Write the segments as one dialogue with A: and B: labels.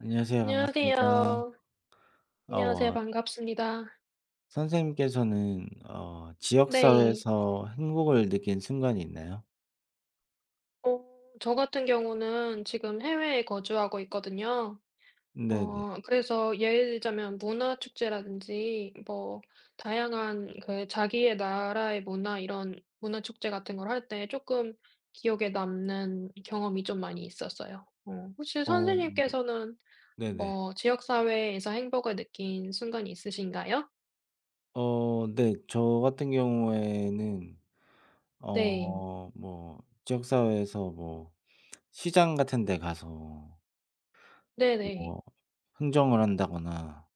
A: 안녕하세요. 반갑습니다.
B: 안녕하세요. 안녕하세요.
A: 어
B: 반갑습니다.
A: 선생님께서는 지역
B: 네.
A: 사회에서 행복을 느낀 순간이 있나요?
B: 어 저 같은 경우는 지금 해외에 거주하고 있거든요.
A: 네네.
B: 그래서 예를 들자면 문화 축제라든지 뭐 다양한 그 자기의 나라의 문화 이런 문화 축제 같은 걸 할 때 조금 기억에 남는 경험이 좀 많이 있었어요. 혹시
A: 어
B: 선생님께서는
A: 네네.
B: 뭐 지역 사회에서 행복을 느낀 순간이 있으신가요?
A: 네. 저 같은 경우에는
B: 네.
A: 뭐 지역 사회에서 뭐 시장 같은 데 가서
B: 네네.
A: 뭐 흥정을 한다거나,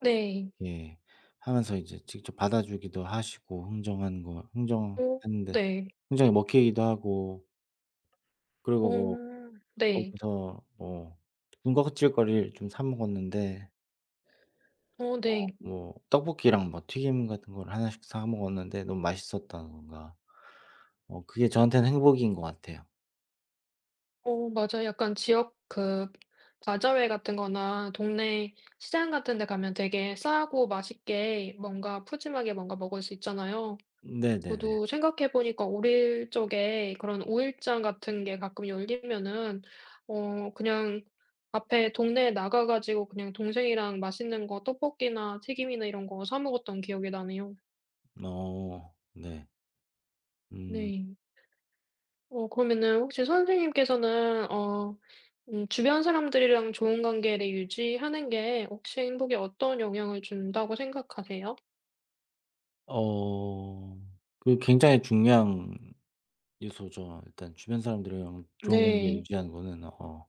B: 네.
A: 예 하면서 이제 직접 받아 주기도 하시고, 흥정한 거
B: 오,
A: 흥정하는데
B: 네.
A: 흥정이 먹히기도 하고.
B: 어
A: 그리고 뭐
B: 네.
A: 거기서 뭐 군것질거리를 좀 사 먹었는데,
B: 어 네.
A: 뭐 떡볶이랑 뭐 튀김 같은 걸 하나씩 사 먹었는데 너무 맛있었다던가, 그게 저한테는 행복인 것 같아요.
B: 어 맞아요. 약간 지역 그 바자회 같은 거나 동네 시장 같은 데 가면 되게 싸고 맛있게 뭔가 푸짐하게 뭔가 먹을 수 있잖아요.
A: 네네네.
B: 저도 생각해 보니까 어릴 적에 그런 5 일장 같은 게 가끔 열리면은 그냥 앞에 동네에 나가 가지고 그냥 동생이랑 맛있는 거 떡볶이나 튀김이나 이런 거 사 먹었던 기억이 나네요.
A: 네. 음.
B: 네. 어 그러면은 혹시 선생님께서는 주변 사람들이랑 좋은 관계를 유지하는 게 혹시 행복에 어떤 영향을 준다고 생각하세요?
A: 어 그 굉장히 중요한 요소죠. 일단 주변 사람들이랑 좋은 관계
B: 네.
A: 유지하는 거는,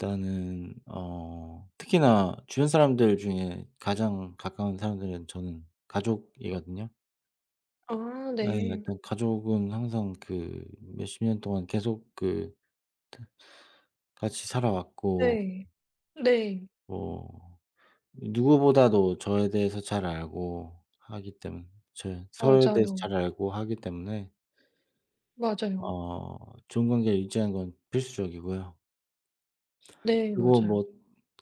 A: 일단은, 특히나 주변 사람들 중에 가장 가까운 사람들은 저는 가족이거든요.
B: 아
A: 네,
B: 네.
A: 일단 가족은 항상 그 몇십 년 동안 계속 그 같이 살아왔고,
B: 네. 네.
A: 뭐 누구보다도 저에 대해서 잘 알고 하기 때문에, 서로에 대해서 잘
B: 맞아요.
A: 알고 하기 때문에,
B: 맞아요.
A: 어 좋은 관계를 유지하는 건 필수적이고요.
B: 네
A: 그리고
B: 맞아요.
A: 뭐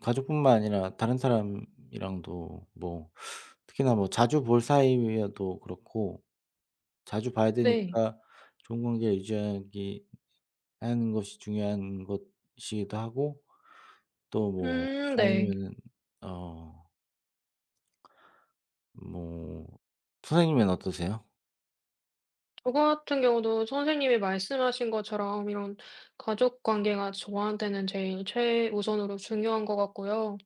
A: 가족뿐만 아니라 다른 사람이랑도 뭐, 특히나 뭐 자주 볼 사이여도 그렇고 자주 봐야
B: 네.
A: 되니까 좋은 관계를 유지하기 하는 것이 중요한 것이기도 하고. 또 뭐
B: 네.
A: 아니면은, 어 뭐 선생님은 어떠세요?
B: 저 같은 경우도 선생님이 말씀하신 것처럼 이런 가족 관계가 저한테는 제일 최우선으로 중요한 것 같고요.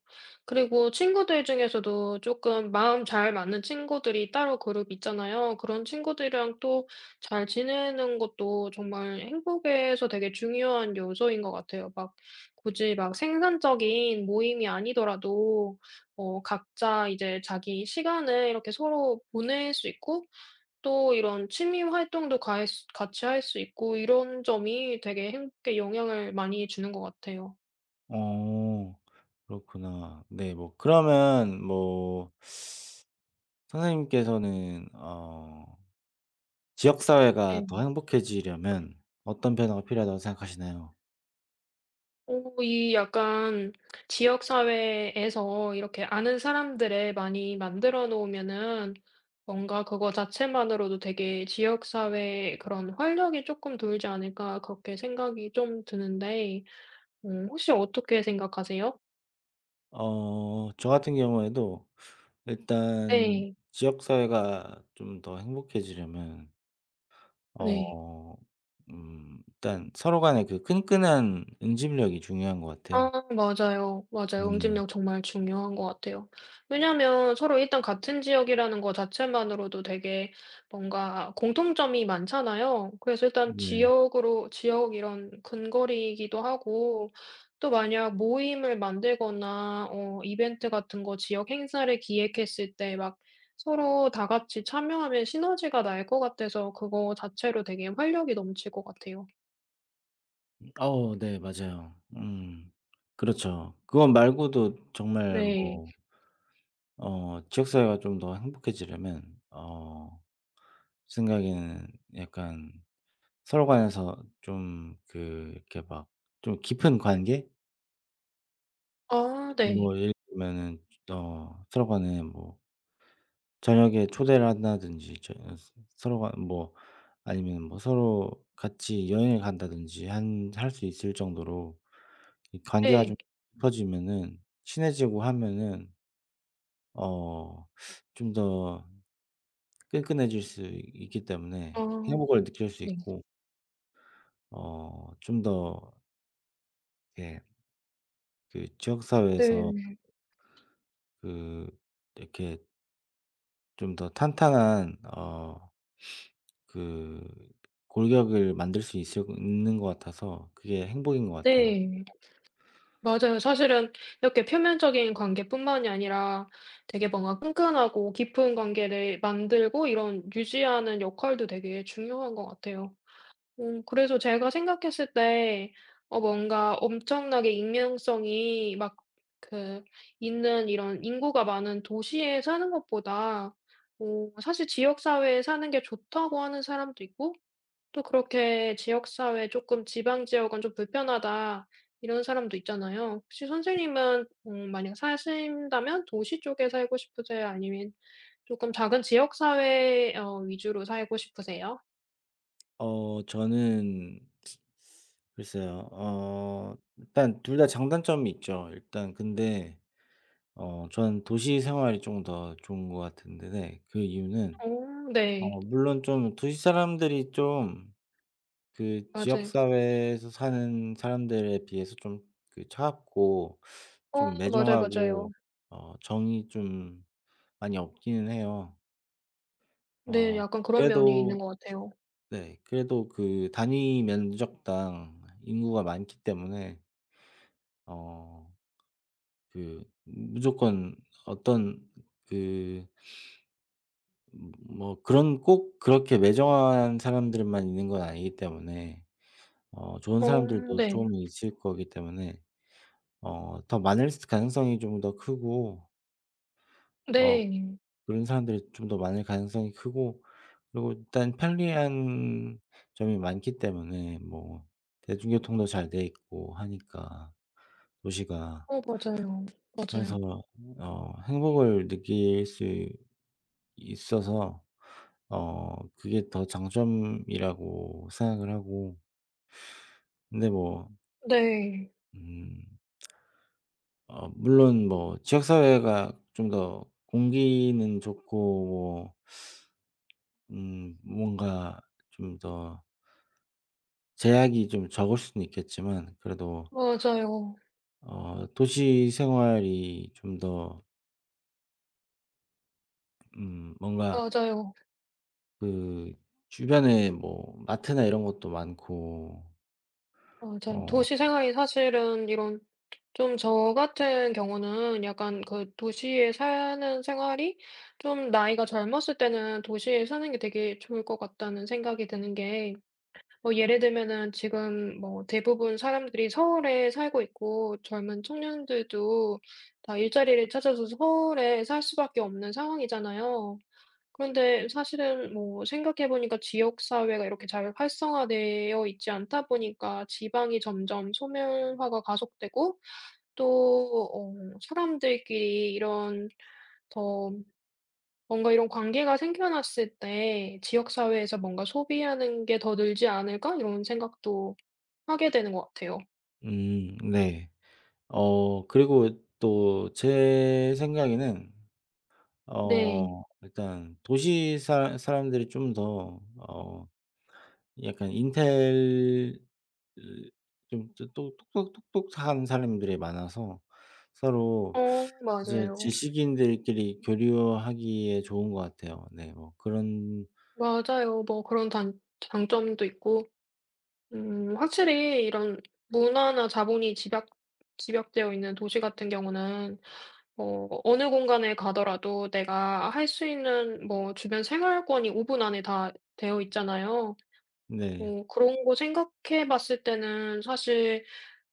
B: 그리고 친구들 중에서도 조금 마음 잘 맞는 친구들이 따로 그룹 있잖아요. 그런 친구들이랑 또 잘 지내는 것도 정말 행복에서 되게 중요한 요소인 것 같아요. 막 굳이 막 생산적인 모임이 아니더라도 각자 이제 자기 시간을 이렇게 서로 보낼 수 있고 또 이런 취미 활동도 가 같이 할 수 있고 이런 점이 되게 행복에 영향을 많이 주는 것 같아요.
A: 어 그렇구나. 네, 뭐 그러면 뭐 선생님께서는 지역 사회가 더
B: 네.
A: 행복해지려면 어떤 변화가 필요하다고 생각하시나요?
B: 이 약간 지역 사회에서 이렇게 아는 사람들을 많이 만들어 놓으면은 뭔가 그거 자체만으로도 되게 '지역 사회의 그런 활력이 조금 돌지 않을까.' 그렇게 생각이 좀 드는데 혹시 어떻게 생각하세요?
A: 저 같은 경우에도 일단
B: 네.
A: 지역 사회가 좀 더 행복해지려면,
B: 네.
A: 어 일단 서로 간의 그 끈끈한 응집력이 중요한 것 같아요.
B: 아 맞아요. 맞아요.
A: 네.
B: 응집력 정말 중요한 것 같아요. 왜냐면 서로 일단 같은 지역이라는 거 자체만으로도 되게 뭔가 공통점이 많잖아요. 그래서 일단
A: 네.
B: 지역으로 지역 이런 근거리이기도 하고 또 만약 모임을 만들거나 이벤트 같은 거 지역 행사를 기획했을 때 막 서로 다 같이 참여하면 시너지가 날 것 같아서 그거 자체로 되게 활력이 넘칠 것 같아요.
A: 네, 맞아요. 음. 그렇죠. 그것 말고도 정말
B: 네.
A: 뭐 지역사회가 좀 더 행복해지려면, 생각에는, 약간 서로 간에서 좀 그 이렇게 막 좀 깊은 관계?
B: 아 네.
A: 뭐 예를 들면은 서로 간에 뭐 저녁에 초대를 한다든지, 저 스 서로 간 뭐 아니면 뭐 서로 같이 여행을 간다든지, 한 할 수 있을 정도로 이 관계가 좀
B: 네
A: 깊어지면은 친해지고 하면은, 어 좀 더 끈끈해질 수 있기 때문에
B: 아.
A: 행복을 느낄 수
B: 네.
A: 있고, 좀 더 이렇게 그 지역 사회에서
B: 네.
A: 그 이렇게 좀 더 탄탄한 그 골격을 만들 수 있을 있는 것 같아서 그게 행복인 것 같아요.
B: 네. 맞아요. 사실은 이렇게 표면적인 관계뿐만이 아니라 되게 뭔가 끈끈하고 깊은 관계를 만들고 이런 유지하는 역할도 되게 중요한 것 같아요. 그래서 제가 생각했을 때 뭔가 엄청나게 익명성이 막 그 있는 이런 인구가 많은 도시에 사는 것보다 사실 지역 사회에 사는 게 좋다고 하는 사람도 있고 또 그렇게 지역사회 조금 '지방 지역은 좀 불편하다.' 이런 사람도 있잖아요. 혹시 선생님은 만약 사신다면 도시 쪽에 살고 싶으세요? 아니면 조금 작은 지역사회 위주로 살고 싶으세요?
A: 저는 글쎄요. 일단 둘 다 장단점이 있죠. 일단 근데 저는 도시 생활이 좀 더 좋은 것 같은데, 네, 그 이유는,
B: 어 네.
A: 물론 좀 도시 사람들이 좀 그 지역
B: 맞아요.
A: 사회에서 사는 사람들에 비해서 좀 그 차갑고
B: 어
A: 좀
B: 맞아요, 맞아요.
A: 매정하고 정이 좀 많이 없기는 해요.
B: 네.
A: 어
B: 약간 그런 면이 있는
A: 그래도,
B: 것 같아요.
A: 네, 그래도 그 단위 면적당 인구가 많기 때문에, 어 그 무조건 어떤 그 뭐 그런 꼭 그렇게 매정한 사람들만 있는 건 아니기 때문에, 좋은
B: 어
A: 사람들도 조
B: 네.
A: 금 있을 거기 때문에 더 많을 가능성이 좀 더 크고, 어
B: 네.
A: 그런 사람들이 좀 더 많을 가능성이 크고, 그리고 일단 편리한 점이 많기 때문에 뭐 대중교통도 잘 돼 있고 하니까, 도시가.
B: 어 맞아요.
A: 그래서
B: 맞아요.
A: 행복을 느낄 수 있어서 그게 더 장점이라고 생각을 하고. 근데 뭐
B: 네.
A: 음 물론 뭐 지역 사회가 좀 더 공기는 좋고, 뭐 뭔가 좀 더 제약이 좀 적을 수는 있겠지만 그래도,
B: 맞아요.
A: 도시 생활이 좀 더 뭔가
B: 맞아요.
A: 그 주변에 뭐 마트나 이런 것도 많고.
B: 맞아요. 도시
A: 어
B: 생활이 사실은 이런 좀 저 같은 경우는 약간 그 도시에 사는 생활이 좀 나이가 젊었을 때는 도시에 사는 게 되게 좋을 것 같다는 생각이 드는 게 뭐 예를 들면은 지금 뭐 대부분 사람들이 서울에 살고 있고 젊은 청년들도 다 일자리를 찾아서 서울에 살 수밖에 없는 상황이잖아요. 그런데 사실은 뭐 생각해 보니까 지역 사회가 이렇게 잘 활성화되어 있지 않다 보니까 지방이 점점 소멸화가 가속되고 또 어 사람들끼리 이런 더 뭔가 이런 관계가 생겨났을 때 '지역 사회에서 뭔가 소비하는 게 더 늘지 않을까?' 이런 생각도 하게 되는 것 같아요.
A: 음. 네. 그리고 또 제 생각에는
B: 네.
A: 일단 도시 사 사람들이 좀 더 약간 인텔 좀 또 똑똑똑똑한 사람들이 많아서 서로
B: 어
A: 이제
B: 맞아요.
A: 지식인들끼리 교류하기에 좋은 것 같아요. 네, 뭐 그런.
B: 맞아요. 뭐 그런 단 장점도 있고 확실히 이런 문화나 자본이 집약되어 있는 도시 같은 경우는 뭐 어느 공간에 가더라도 내가 할 수 있는 뭐 주변 생활권이 5분 안에 다 되어 있잖아요.
A: 네.
B: 뭐 그런 거 생각해 봤을 때는 사실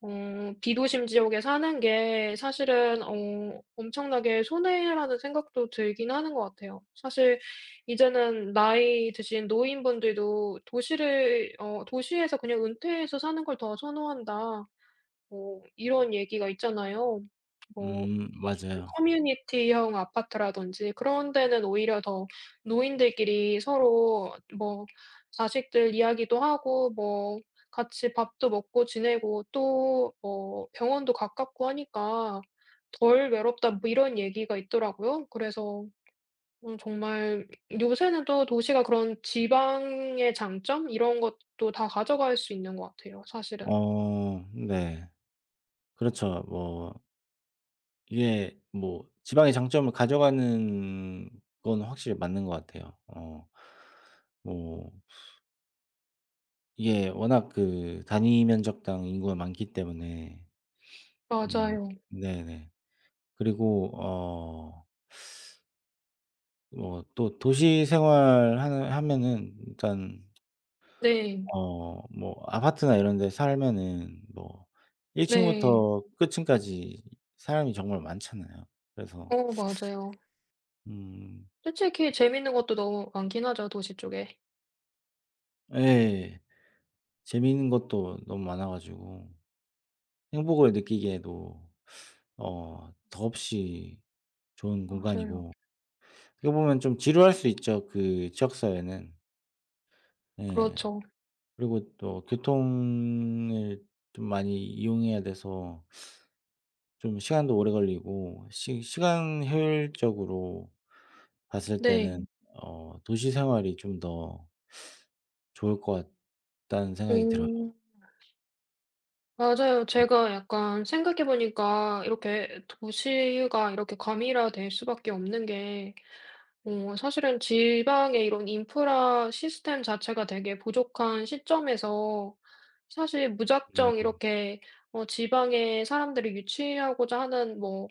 B: 비도심 지역에 사는 게 사실은 엄청나게 손해라는 생각도 들긴 하는 것 같아요. 사실 이제는 나이 드신 노인분들도 도시를 어 "도시에서 그냥 은퇴해서 사는 걸 더 선호한다." 뭐 이런 얘기가 있잖아요. 뭐
A: 음, 맞아요.
B: 커뮤니티형 아파트라든지 그런 데는 오히려 더 노인들끼리 서로 뭐 자식들 이야기도 하고 뭐 같이 밥도 먹고 지내고 또 뭐 병원도 가깝고 하니까 "덜 외롭다." 뭐 이런 얘기가 있더라고요. 그래서 정말 요새는 또 도시가 그런 지방의 장점 이런 것도 다 가져갈 수 있는 것 같아요 사실은.
A: 네. 그렇죠. 뭐 이게 뭐 지방의 장점을 가져가는 건 확실히 맞는 것 같아요. 어. 뭐 이게 워낙 그 단위 면적당 인구가 많기 때문에. 음.
B: 맞아요.
A: 네네. 그리고 뭐 또 도시 생활하는 하면은 일단,
B: 네.
A: 뭐 아파트나 이런 데 살면은 뭐 1층
B: 네.
A: 층부터 끝층까지 사람이 정말 많잖아요. 그래서.
B: 어 맞아요.
A: 음.
B: 솔직히 재밌는 것도 너무 많긴 하죠, 도시 쪽에.
A: 예. 재미있는 것도 너무 많아 가지고 행복을 느끼기에도 더없이 좋은
B: 맞아요.
A: 공간이고, 어떻게 보면 좀 지루할 수 있죠, 그 지역 사회는. 예.
B: 그렇죠.
A: 그리고 또 교통을 좀 많이 이용해야 돼서 좀 시간도 오래 걸리고 시 시간 효율적으로 봤을 때는,
B: 네.
A: 도시 생활이 좀 더 좋을 것 같다는 생각이 들어요.
B: 오 맞아요. 제가 약간 생각해 보니까 이렇게 도시가 이렇게 과밀화될 수밖에 없는 게 사실은 지방의 이런 인프라 시스템 자체가 되게 부족한 시점에서 사실
A: 음.
B: 무작정 이렇게 지방에 사람들이 유치하고자 하는 뭐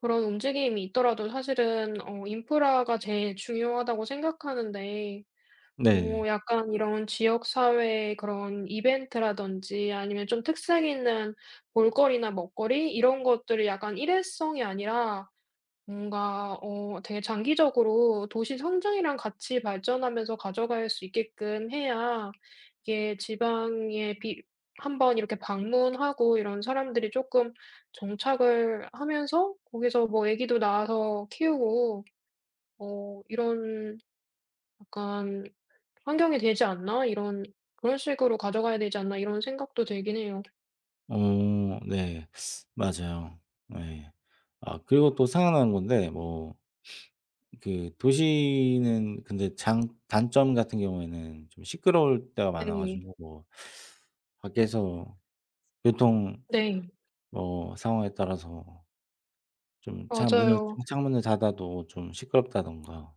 B: 그런 움직임이 있더라도 사실은 인프라가 제일 중요하다고 생각하는데
A: 네.
B: 뭐 약간 이런 지역 사회의 그런 이벤트라든지 아니면 좀 특색 있는 볼거리나 먹거리 이런 것들이 약간 일회성이 아니라 뭔가 되게 장기적으로 도시 성장이랑 같이 발전하면서 가져갈 수 있게끔 해야 이게 지방에 비 한 번 이렇게 방문하고 이런 사람들이 쪼끔 정착을 하면서 거기서 뭐 애기도 낳아서 키우고 이런 약간 환경이 되지 않나? 이런 그런 식으로 가져가야 되지 않나? 이런 생각도 들긴 해요.
A: 네. 맞아요. 예. 아, 그리고 또 생각나는 건데, 뭐 그 도시는 근데 장 단점 같은 경우에는 좀 시끄러울 때가 많아
B: 네.
A: 가지고, 뭐 밖에서 교통
B: 네.
A: 뭐 상황에 따라서 좀 차 문을
B: 맞아요.
A: 창 창문을 닫아도 좀 시끄럽다든가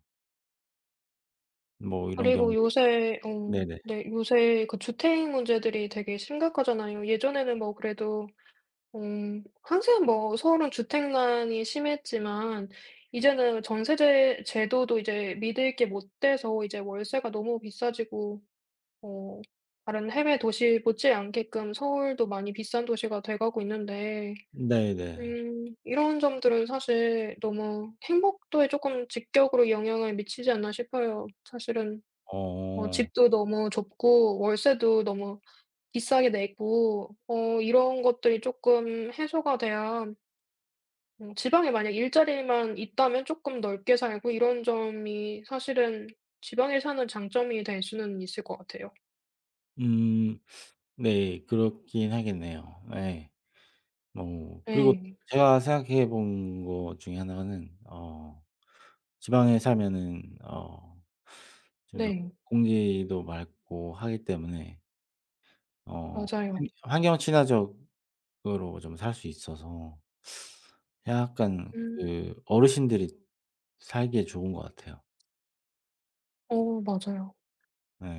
A: 뭐 이런
B: 그리고
A: 경우도 있
B: 요새
A: 네네.
B: 네 요새 그 주택 문제들이 되게 심각하잖아요. 예전에는 뭐 그래도 항상 뭐 서울은 주택난이 심했지만 이제는 전세제 제도도 이제 믿을 게 못 돼서 이제 월세가 너무 비싸지고 어 다른 해외 도시 못지않게끔 서울도 많이 비싼 도시가 돼 가고 있는데
A: 네네.
B: 이런 점들은 사실 너무 행복도에 조금 직격으로 영향을 미치지 않나 싶어요. 사실은 뭐
A: 어.
B: 집도 너무 좁고 월세도 너무 비싸게 내고 이런 것들이 조금 해소가 돼야 지방에 만약 일자리만 있다면 조금 넓게 살고 이런 점이 사실은 지방에 사는 장점이 될 수는 있을 것 같아요.
A: 음. 네. 그렇긴 하겠네요. 예. 뭐 그리고
B: 네,
A: 제가 생각해 본 것 중에 하나는, 지방에 살면은 좀 더
B: 네.
A: 공기도 맑고 하기 때문에 어
B: 맞아요.
A: 환 환경 친화적으로 좀 살 수 있어서, 약간
B: 음.
A: 그 어르신들이 살기에 좋은 것 같아요.
B: 어 맞아요.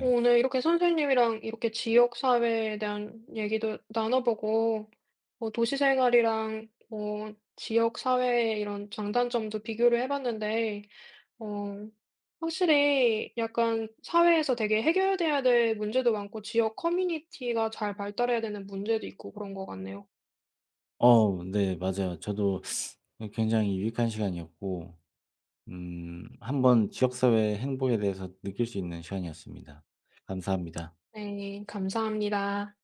B: 어, 오늘 이렇게 선생님이랑 이렇게 지역 사회에 대한 얘기도 나눠보고, 뭐 도시 생활이랑 뭐 지역 사회의 이런 장단점도 비교를 해봤는데, 어, 확실히 약간 사회에서 되게 해결돼야 될 문제도 많고, 지역 커뮤니티가 잘 발달해야 되는 문제도 있고 그런 것 같네요.
A: 네, 맞아요. 저도, 예, 굉장히 유익한 시간이었고, 음, 한번 지역사회 행복에 대해서 느낄 수 있는 시간이었습니다. 감사합니다.
B: 네, 감사합니다.